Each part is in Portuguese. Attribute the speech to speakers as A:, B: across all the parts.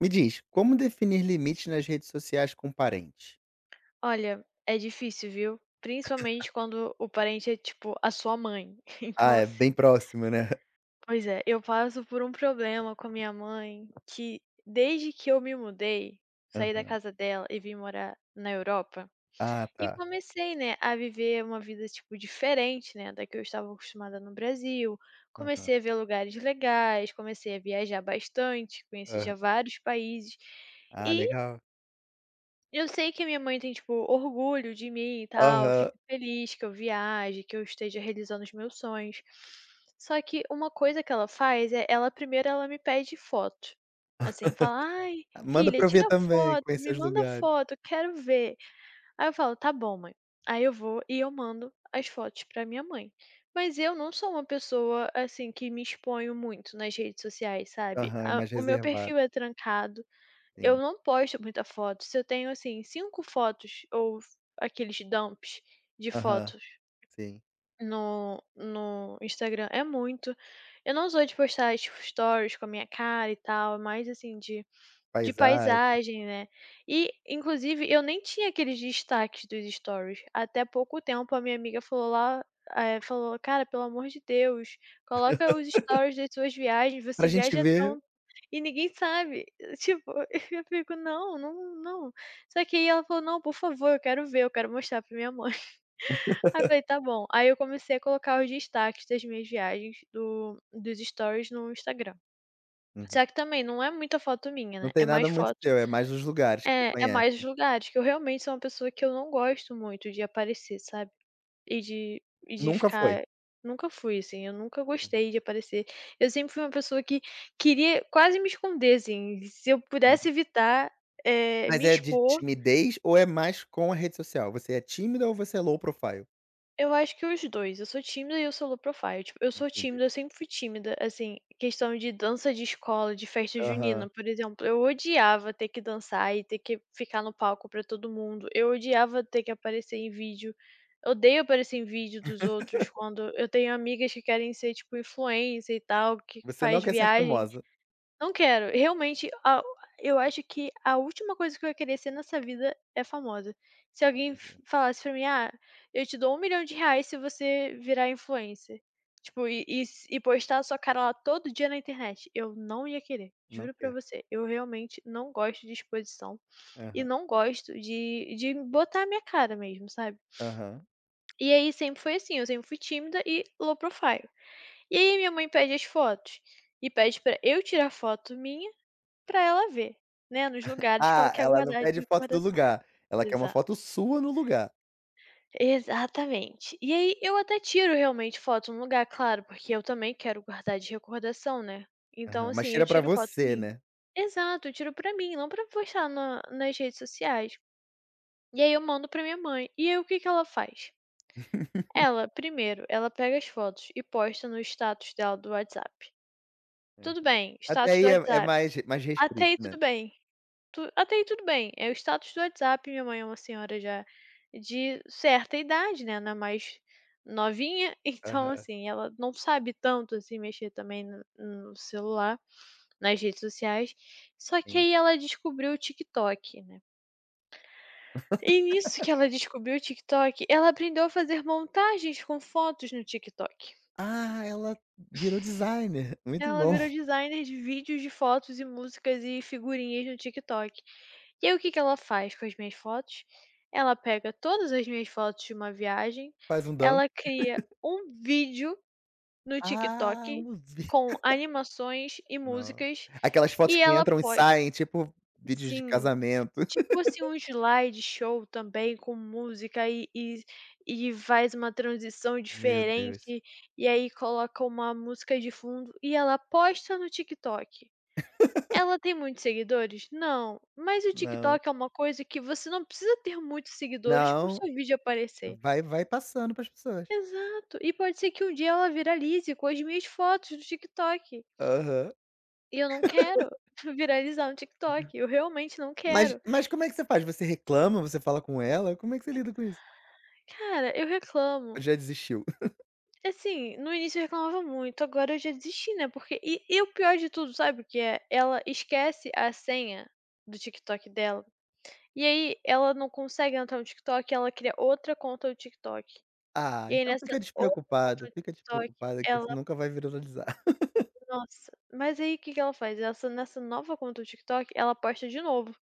A: Me diz, como definir limites nas redes sociais com parentes?
B: Olha, é difícil, viu. Principalmente quando o parente é, tipo, a sua mãe.
A: Ah,
B: Então,
A: é bem
B: assim,
A: próximo, né?
B: pois é, eu passo por um problema com a minha mãe que desde que eu me mudei, saí da
A: Aham.
B: casa dela e vim morar na Europa,
A: Ah,
B: e
A: tá.
B: comecei, né, a viver uma vida, tipo, diferente, né, da que eu estava acostumada no Brasil.
A: Aham,
B: Comecei a ver lugares legais, comecei a viajar bastante, conheci
A: aham.
B: já vários países.
A: Ah,
B: E
A: legal.
B: eu sei que a minha mãe tem, tipo, orgulho de mim e tal,
A: Aham.
B: fica feliz que eu viaje, que eu esteja realizando os meus sonhos. Só que uma coisa que ela faz é, ela primeiro ela me pede foto. Assim, fala: "Ai,
A: Manda
B: filha,
A: pra eu
B: tira
A: ver também,
B: foto, me
A: conhecer os
B: manda
A: lugares.
B: foto, quero ver". Aí eu falo: "Tá bom, mãe". Aí eu vou e eu mando as fotos pra minha mãe. Mas eu não sou uma pessoa, assim, que me exponho muito nas redes sociais, sabe.
A: Aham, é
B: A
A: mais
B: o meu
A: reservado,
B: perfil é trancado, eu
A: sim.
B: não posto muita foto. Se eu tenho, assim, 5 fotos ou aqueles dumps de
A: Aham,
B: fotos
A: sim.
B: no Instagram, é muito. Eu não sou de postar, tipo, stories com a minha cara e tal, é mais, assim, de
A: Paisagem.
B: paisagem, né. E, inclusive, eu nem tinha aqueles destaques dos stories. Até pouco tempo a minha amiga falou lá, falou: "Cara, pelo amor de Deus, coloca os stories das suas viagens,
A: Pra
B: você
A: gente
B: viaja
A: ver.
B: tão e ninguém sabe". Tipo, eu fico: "Não, não, não". Só que aí ela falou: "Não, por favor, eu quero ver, eu quero mostrar pra minha mãe". Aí eu falei: "Tá bom". Aí eu comecei a colocar os destaques das minhas viagens do dos stories no Instagram.
A: Uhum.
B: Só que também não é muita foto minha, né,
A: Não
B: é
A: tem
B: mais
A: nada muito
B: foto,
A: teu, é mais os lugares que você
B: é, é
A: conhece.
B: mais os lugares, que eu realmente sou uma pessoa que eu não gosto muito de aparecer, sabe, e de
A: Nunca foi?
B: ficar, nunca fui, assim, eu nunca gostei de aparecer. Eu sempre fui uma pessoa que queria quase me esconder, assim, se eu pudesse
A: Uhum.
B: evitar, me
A: Mas é de
B: expor.
A: timidez ou é mais com a rede social? Você é tímida ou você é low profile?
B: Eu acho que os 2. Eu sou tímida e eu sou low profile, tipo, eu sou
A: Entendi.
B: tímida, eu sempre fui tímida, assim, questão de dança de escola, de festa
A: Aham.
B: junina, por exemplo, eu odiava ter que dançar e ter que ficar no palco pra todo mundo, eu odiava ter que aparecer em vídeo. Eu odeio aparecer em vídeo dos outros quando eu tenho amigas que querem ser, tipo, influencer e tal, que
A: Você não
B: faz
A: quer ser
B: viagem.
A: famosa.
B: Não quero. Realmente, a eu acho que a última coisa que eu ia querer ser nessa vida é famosa. Se alguém
A: Entendi.
B: f falasse pra mim: "Ah, eu te dou 1.000.000 de reais se você virar influencer", tipo, e postar a sua cara lá todo dia na internet, eu não ia querer,
A: Não
B: juro pra
A: quer.
B: você. Eu realmente não gosto de exposição e
A: Aham,
B: não gosto de botar a minha cara mesmo, sabe.
A: aham.
B: E aí sempre foi assim, eu sempre fui tímida e low profile. E aí minha mãe pede as fotos e pede pra eu tirar foto minha, pra ela ver, né, nos lugares que ela
A: Ah,
B: quer
A: ela não
B: guardar de
A: pede foto do
B: recordação.
A: lugar, ela quer uma
B: Exato.
A: foto sua no lugar.
B: Exatamente. E aí eu até tiro realmente foto num lugar, claro, porque eu também quero guardar de recordação, né. Então,
A: Aham, mas
B: assim, eu
A: tira pra
B: tiro foto
A: você,
B: minha.
A: né.
B: Exato, eu tiro pra mim, não pra postar na nas redes sociais. E aí eu mando pra minha mãe. E aí o que que ela faz? Ela, primeiro, ela pega as fotos e posta no status dela do WhatsApp. Tudo
A: Aham.
B: bem,
A: Até
B: status
A: aí
B: do
A: é
B: WhatsApp.
A: mais
B: Até
A: restrito,
B: aí
A: né.
B: tudo bem. Tu Até aí tudo bem, é o status do WhatsApp, minha mãe é uma senhora já de certa idade, né, não é mais novinha, então
A: Aham,
B: assim, ela não sabe tanto, assim, mexer também no celular, nas redes sociais, só que
A: sim.
B: aí ela descobriu o TikTok, né. E nisso que ela descobriu o TikTok, ela aprendeu a fazer montagens com fotos no TikTok.
A: Ah, ela virou designer, muito
B: Ela
A: bom.
B: virou designer de vídeos de fotos e músicas e figurinhas no TikTok. E aí o que que ela faz com as minhas fotos? Ela pega todas as minhas fotos de uma viagem,
A: Faz um dump.
B: ela cria um vídeo no
A: Ah,
B: TikTok
A: um vi
B: com animações e
A: no
B: músicas
A: aquelas fotos
B: e
A: que
B: ela
A: entram e
B: posta,
A: saem, tipo vídeos de
B: sim,
A: casamento.
B: tipo assim um slideshow também com música e e faz uma transição
A: Meu Deus.
B: diferente, e aí coloca uma música de fundo e ela posta no TikTok. Ela tem muitos seguidores? Não, mas o
A: Não,
B: TikTok é uma coisa que você não precisa ter muitos seguidores para o
A: não,
B: seu vídeo aparecer.
A: vai passando para as pessoas.
B: Exato, e pode ser que um dia ela viralize com as minhas fotos do TikTok,
A: Aham.
B: e eu não quero viralizar no TikTok, eu realmente não
A: Mas
B: quero.
A: mas como é que você faz? Você reclama, você fala com ela? Como é que você lida com isso?
B: Cara, eu reclamo.
A: Ou já desistiu?
B: Assim, no início eu reclamava muito, agora eu já desisti, né, porque e o pior de tudo, sabe o que é? Ela esquece a senha do TikTok dela, e aí ela não consegue entrar no TikTok, ela cria outra conta do TikTok.
A: Ah,
B: E aí
A: então
B: nessa outra conta do
A: fica
B: TikTok,
A: despreocupada que isso
B: ela,
A: nunca vai viralizar.
B: nossa, mas aí que ela faz? Essa, nessa nova conta do TikTok, ela posta de novo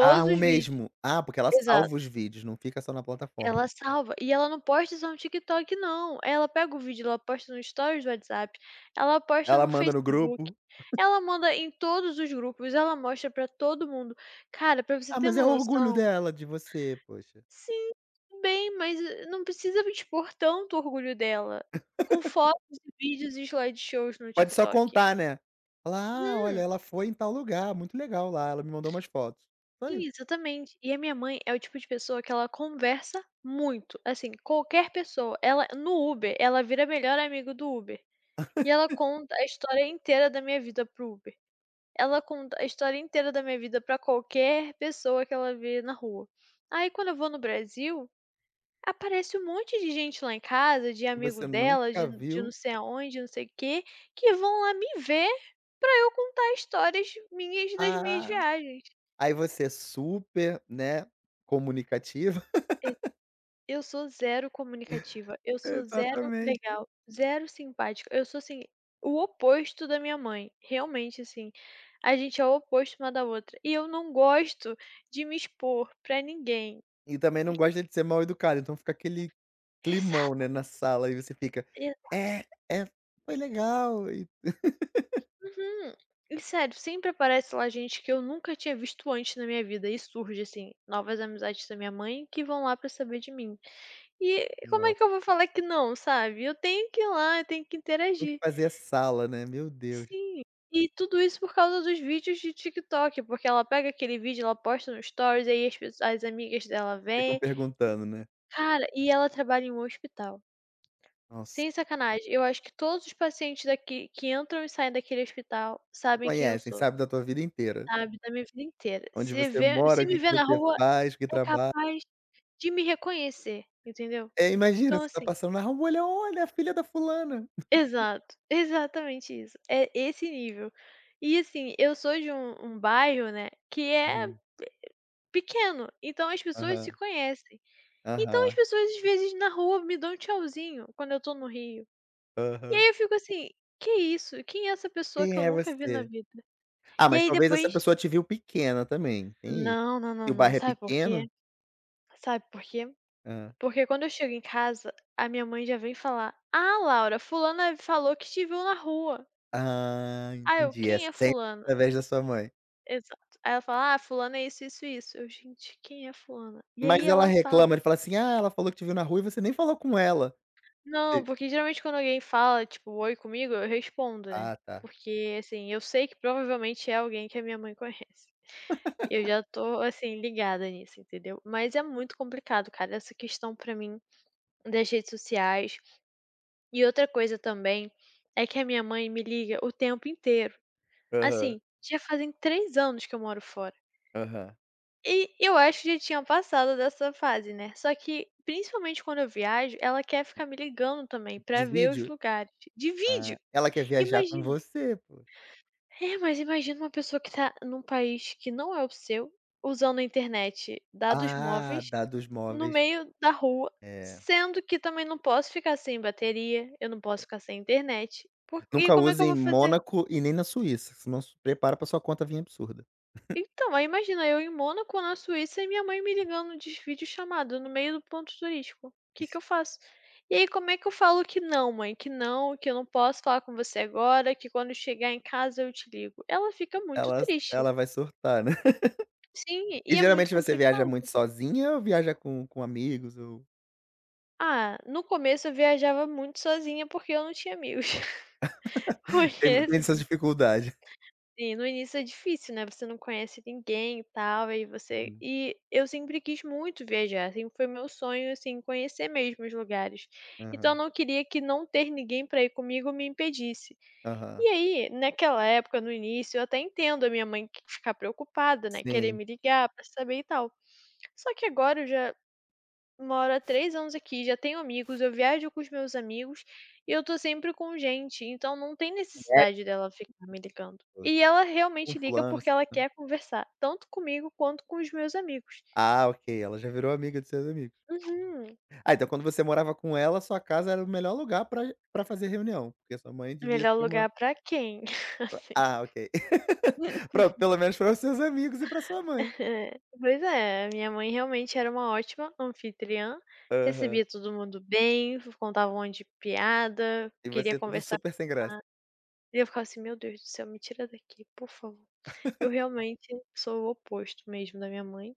A: Ah, o
B: os vídeos.
A: mesmo. Ah, porque ela
B: Exato.
A: salva os vídeos, não fica só na plataforma.
B: Ela salva e ela não posta só no TikTok não, ela pega o vídeo, ela posta no stories do WhatsApp, ela posta
A: Ela
B: no
A: manda no
B: Facebook,
A: grupo.
B: ela manda em todos os grupos, ela mostra pra todo mundo. Cara, pra você
A: Ah,
B: ter
A: mas é
B: uma
A: o orgulho
B: noção,
A: dela de você, poxa.
B: sim, tudo bem, mas, não precisa expor tanto o orgulho dela, com fotos e vídeos e slideshows no
A: Pode só
B: TikTok.
A: contar, né. Falar: "Ah, olha,
B: Hum,
A: ela foi em tal lugar, muito legal lá, ela me mandou umas fotos". Só isso.
B: exatamente. E a minha mãe é o tipo de pessoa que ela conversa muito, assim, qualquer pessoa, ela no Uber, ela vira melhor amigo do Uber. E ela conta a história inteira da minha vida pro Uber. Ela conta a história inteira da minha vida para qualquer pessoa que ela vê na rua. Aí quando eu vou no Brasil, aparece um monte de gente lá em casa, de
A: E
B: amigo
A: você
B: dela, de
A: nunca
B: de não
A: viu.
B: sei aonde, não sei o quê, que vão lá me ver pra eu contar histórias minhas das minhas
A: Ah,
B: viagens.
A: aí você é super, né, comunicativa.
B: Eu sou zero comunicativa, eu sou zero
A: Exatamente.
B: legal, zero simpática, eu sou, assim, o oposto da minha mãe, realmente, assim, a gente é o oposto uma da outra, e eu não gosto de me expor pra ninguém.
A: E também não gosta de ser mal educado, então fica aquele climão, né,
B: Exatamente,
A: na sala e você fica:
B: e
A: "É, é, foi legal", e.
B: uhum. E sério, sempre aparece lá gente que eu nunca tinha visto antes na minha vida e surge, assim, novas amizades da minha mãe que vão lá pra saber de mim. E como é
A: No
B: que eu vou falar que não, sabe? Eu tenho que ir lá, eu tenho que
A: Tem que
B: interagir.
A: fazer a sala, né, meu Deus.
B: Sim, e tudo isso por causa dos vídeos de TikTok, porque ela pega aquele vídeo, ela posta no stories, aí as amigas dela
A: Ficam
B: vêm.
A: perguntando, né.
B: Cara, e ela trabalha em um hospital.
A: Nossa,
B: Sem sacanagem, eu acho que todos os pacientes daqui que entram e saem daquele hospital
A: te
B: sabem quem eu
A: conhecem,
B: sou,
A: sabe da tua vida inteira.
B: sabe, da minha vida inteira.
A: Onde você mora,
B: Se
A: o
B: me
A: que que
B: vê na
A: você
B: rua,
A: faz, o que
B: é
A: trabalha.
B: capaz de me reconhecer, entendeu?
A: É, imagina,
B: Então
A: você tá
B: assim,
A: passando na rua, olha: "Olha, a filha da fulana".
B: exato, exatamente isso, é esse nível. E assim, eu sou de um bairro, né, que é
A: Uhum.
B: pequeno, então as pessoas se
A: Aham,
B: conhecem. Então as
A: aham,
B: pessoas às vezes na rua me dão um tchauzinho quando eu tô no Rio. E
A: aham.
B: aí eu fico assim: "Que isso? Quem é essa pessoa que
A: Quem
B: eu
A: é
B: nunca vi na
A: você?
B: vida?".
A: Ah,
B: E
A: mas
B: aí
A: talvez essa
B: depois,
A: pessoa te viu pequena também, tem isso.
B: não, não, não,
A: Se o
B: não,
A: bairro é
B: sabe por quê?
A: pequeno.
B: Sabe por quê?
A: Hã.
B: Porque quando eu chego em casa, a minha mãe já vem falar: "Ah, Laura, fulana falou que te viu na rua".
A: Ah,
B: Ah, eu:
A: entendi. É
B: "Quem é
A: sempre
B: fulana?".
A: através da sua mãe.
B: Exato. Aí ela fala: "Ah, fulana é isso, isso, isso". Eu: "Gente, quem é fulana?". E aí
A: Mas ela
B: ela fala,
A: reclama, ele fala assim: "Ah, ela falou que te viu na rua e você nem falou com ela".
B: não,
A: E
B: porque geralmente quando alguém fala, tipo, "Oi" comigo, eu respondo, né,
A: ah, tá.
B: porque, assim, eu sei que provavelmente é alguém que a minha mãe conhece. Eu já tô, assim, ligada nisso, entendeu. Mas é muito complicado, cara, essa questão pra mim das redes sociais. E outra coisa também é que a minha mãe me liga o tempo inteiro.
A: Aham,
B: Assim, já fazem 3 anos que eu moro fora.
A: aham.
B: E eu acho que já tinha passado dessa fase, né, só que, principalmente quando eu viajo, ela quer ficar me ligando também
A: De
B: pra ver os
A: vídeo.
B: lugares, de vídeo.
A: Ah, ela quer viajar com
B: Imagina
A: você, poxa.
B: É, mas imagina uma pessoa que tá num país que não é o seu, usando a internet, dados
A: Ah,
B: móveis,
A: dados
B: no
A: móveis.
B: meio da rua,
A: É.
B: sendo que também não posso ficar sem bateria, eu não posso ficar sem internet, por e
A: Nunca
B: como é que
A: use
B: eu
A: em
B: vou fazer?
A: Mônaco e nem na Suíça, senão se prepara pra sua conta vir absurda.
B: Então, aí imagina eu em Mônaco, na Suíça, e minha mãe me ligando de videochamada no meio do ponto turístico. O que que eu faço? E aí, como é que eu falo que não, mãe? Que não, que eu não posso falar com você agora, que quando eu chegar em casa eu te ligo. Ela fica muito
A: Ela
B: triste.
A: ela vai surtar, né.
B: Sim,
A: E
B: e é muito
A: geralmente você viaja
B: complicado.
A: muito sozinha ou viaja com amigos ou
B: Ah, no começo eu viajava muito sozinha porque eu não tinha amigos. Porque
A: tem essas
B: assim.
A: dificuldade?
B: Sim, no início é difícil, né, você não conhece ninguém e tal, aí você
A: Uhum.
B: e eu sempre quis muito viajar, sempre foi meu sonho, assim, conhecer mesmo os lugares. Então eu
A: Aham,
B: não queria que não ter ninguém pra ir comigo me impedisse. E
A: aham.
B: aí, naquela época, no início, eu até entendo a minha mãe que ficar preocupada, né, querer
A: Sim.
B: me ligar pra saber e tal. Só que agora eu já moro há 3 anos aqui, já tenho amigos, eu viajo com os meus amigos e eu tô sempre com gente, então não tem necessidade dela ficar me ligando.
A: Você
B: E ela
A: com
B: realmente liga
A: fulano
B: porque
A: se
B: ela quer conversar, tanto comigo quanto com os meus amigos.
A: Ah, ok, ela já virou amiga dos seus amigos.
B: Uhum.
A: Ah, então quando você morava com ela, sua casa era o melhor lugar pra fazer reunião, porque sua mãe devia
B: Melhor
A: ser uma
B: lugar pra quem? Assim.
A: ah, ok. Pronto, pelo menos para os seus amigos e pra sua mãe.
B: Pois é, minha mãe realmente era uma ótima anfitriã,
A: Aham.
B: recebia todo mundo bem, contava um monte de piada,
A: E
B: queria
A: você tudo
B: conversar
A: super sem graça.
B: e eu ficava assim: "Meu Deus do céu, me tira daqui, por favor". Eu realmente sou o oposto mesmo da minha mãe.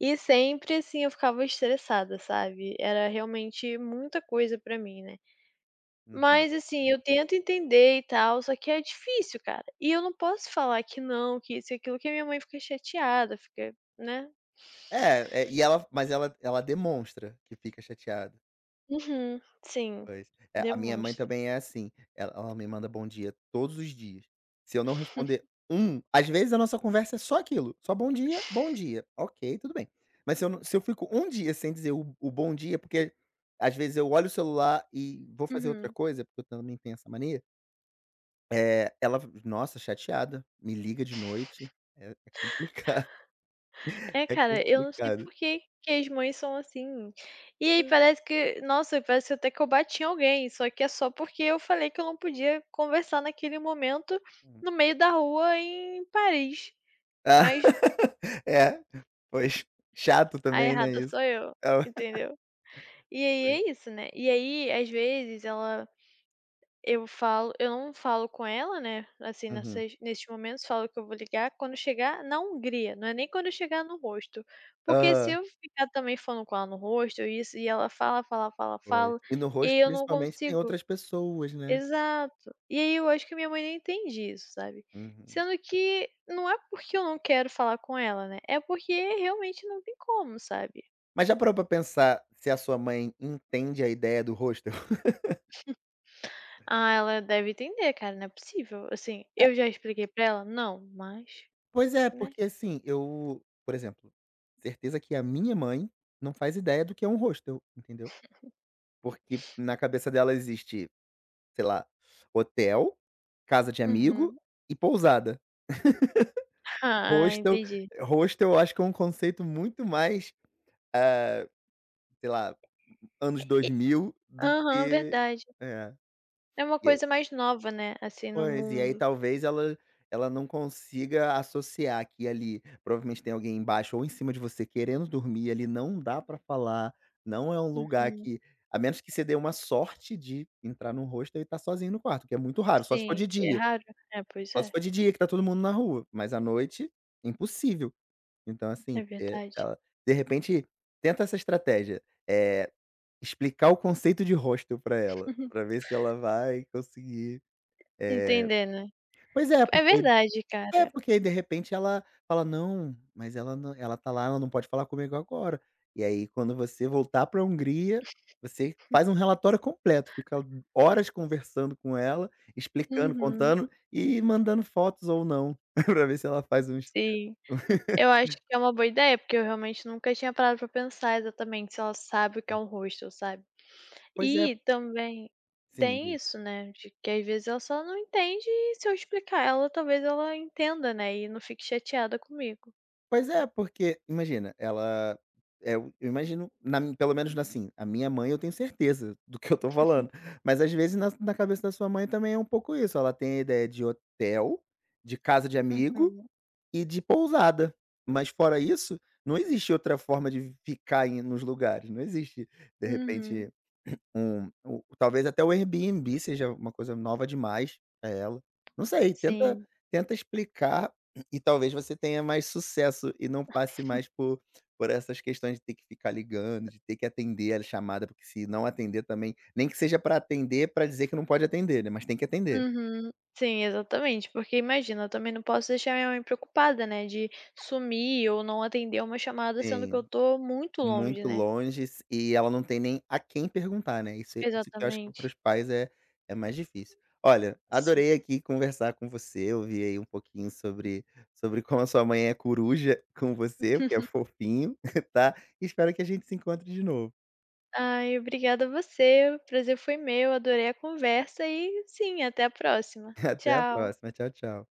B: E sempre, assim, eu ficava estressada, sabe. Era realmente muita coisa pra mim, né.
A: Uhum.
B: Mas, assim, eu tento entender e tal, só que é difícil, cara. E eu não posso falar que não, que isso e aquilo, que a minha mãe fica chateada, fica, né.
A: E ela mas ela ela demonstra que fica chateada.
B: Uhum, sim,
A: Pois. É, a minha mãe
B: demonstra.
A: também é assim, ela me manda bom dia todos os dias. Se eu não responder às vezes a nossa conversa é só aquilo, só bom dia, ok, tudo bem. Mas se eu fico um dia sem dizer o bom dia, porque às vezes eu olho o celular e vou fazer outra
B: Uhum.
A: coisa, porque eu também tenho essa mania, eh, ela nossa, chateada, me liga de noite, é complicado,
B: É,
A: é
B: cara, eu não sei
A: complicado.
B: por que que as mães são assim. E aí parece que nossa, parece até que eu bati em alguém, só que é só porque eu falei que eu não podia conversar naquele momento
A: Hum.
B: no meio da rua em Paris,
A: Ah,
B: mas
A: é, pois, chato
B: a
A: também, né,
B: errada
A: isso.
B: sou eu,
A: Hã,
B: entendeu. E aí
A: pois.
B: é isso, né. E aí, às vezes, ela. Eu falo, eu não falo com ela, né, assim,
A: Uhum.
B: nessas nesses momentos, falo que eu vou ligar quando chegar na Hungria, não é nem quando eu chegar no rosto. Porque se
A: Aham,
B: eu ficar também falando com ela no rosto, isso, e ela fala, fala, fala,
A: pois.
B: fala,
A: E no
B: e aí
A: rosto,
B: eu não
A: principalmente, tem
B: consigo,
A: outras pessoas, né.
B: exato. E aí eu acho que minha mãe não entende isso, sabe.
A: Uhum.
B: Sendo que não é porque eu não quero falar com ela, né, é porque realmente não tem como, sabe.
A: Mas já parou pra pensar se a sua mãe entende a ideia do rosto?
B: Ah, ela deve entender, cara, não é possível. Assim, eu já expliquei pra ela? Não, mas,
A: Pois é,
B: né.
A: porque assim, eu, por exemplo, certeza que a minha mãe não faz ideia do que é um hostel, entendeu. Porque na cabeça dela existe, sei lá, hotel, casa de amigo
B: Uhum.
A: e pousada.
B: Ah,
A: Hostel
B: entendi.
A: hostel eu acho que é um conceito muito mais, ah, sei lá, anos 2000, do
B: Aham,
A: que
B: verdade.
A: é,
B: É uma
A: é.
B: coisa mais nova, né, assim, no
A: Pois, e aí
B: mundo.
A: talvez ela não consiga associar que ali provavelmente tem alguém embaixo ou em cima de você querendo dormir, ali não dá pra falar, não é um lugar
B: Uhum.
A: que a menos que você dê uma sorte de entrar num hostel e estar sozinho no quarto, que é muito raro, só se for
B: Sim,
A: de
B: é
A: dia,
B: raro. É, pois
A: só se
B: é,
A: for de dia que tá todo mundo na rua, mas à noite, impossível. Então assim,
B: é verdade.
A: ela de repente tenta essa estratégia, eh, explicar o conceito de hostel pra ela, pra ver se ela vai conseguir, eh
B: Entender, né.
A: pois é,
B: É
A: porque.
B: verdade,
A: É,
B: cara.
A: porque aí de repente ela fala: "Não, mas ela nã ela tá lá, ela não pode falar comigo agora". E aí quando você voltar pra Hungria, você faz um relatório completo, fica horas conversando com ela, explicando,
B: Uhum,
A: contando e mandando fotos ou não, pra ver se ela faz uns.
B: sim. Eu acho que é uma boa ideia, porque eu realmente nunca tinha parado pra pensar exatamente se ela sabe o que é um hostel, sabe.
A: Pois é.
B: E também
A: Sim,
B: tem
A: diga.
B: isso, né, de que às vezes ela só não entende e se eu explicar ela, talvez ela entenda, né, e não fique chateada comigo.
A: Pois é, porque imagina, ela eh, eu imagino, na mi pelo menos assim, a minha mãe eu tenho certeza do que eu tô falando, mas às vezes na cabeça da sua mãe também é um pouco isso, ela tem a ideia de hotel, de casa de amigo
B: Uhum.
A: e de pousada, mas fora isso, não existe outra forma de ficar nos lugares, não existe de
B: Uhum,
A: repente um o talvez até o Airbnb seja uma coisa nova demais para ela. Não sei, tenta
B: sim.
A: tenta explicar e talvez você tenha mais sucesso e não passe mais por essas questões de ter que ficar ligando, de ter que atender a chamada, porque se não atender também nem que seja para atender, para dizer que não pode atender, né, mas tem que atender.
B: Uhum. Sim, exatamente, porque imagina, eu também não posso deixar minha mãe preocupada, né, de sumir ou não atender uma chamada, sendo que eu
A: Sim.
B: tô muito longe,
A: Muito
B: né.
A: longe s e ela não tem nem a quem perguntar, né, isso é, isso que eu acho que para
B: Exatamente.
A: os pais é mais difícil. Olha,
B: Sim.
A: adorei aqui conversar com você, ouvir aí um pouquinho sobre como a sua mãe é coruja com você, porque é fofinho, tá. Espero que a gente se encontre de novo.
B: Ai, obrigada a você, o prazer foi meu, adorei a conversa e sim, até a próxima.
A: Até a
B: Tchau.
A: próxima. Tchau, tchau.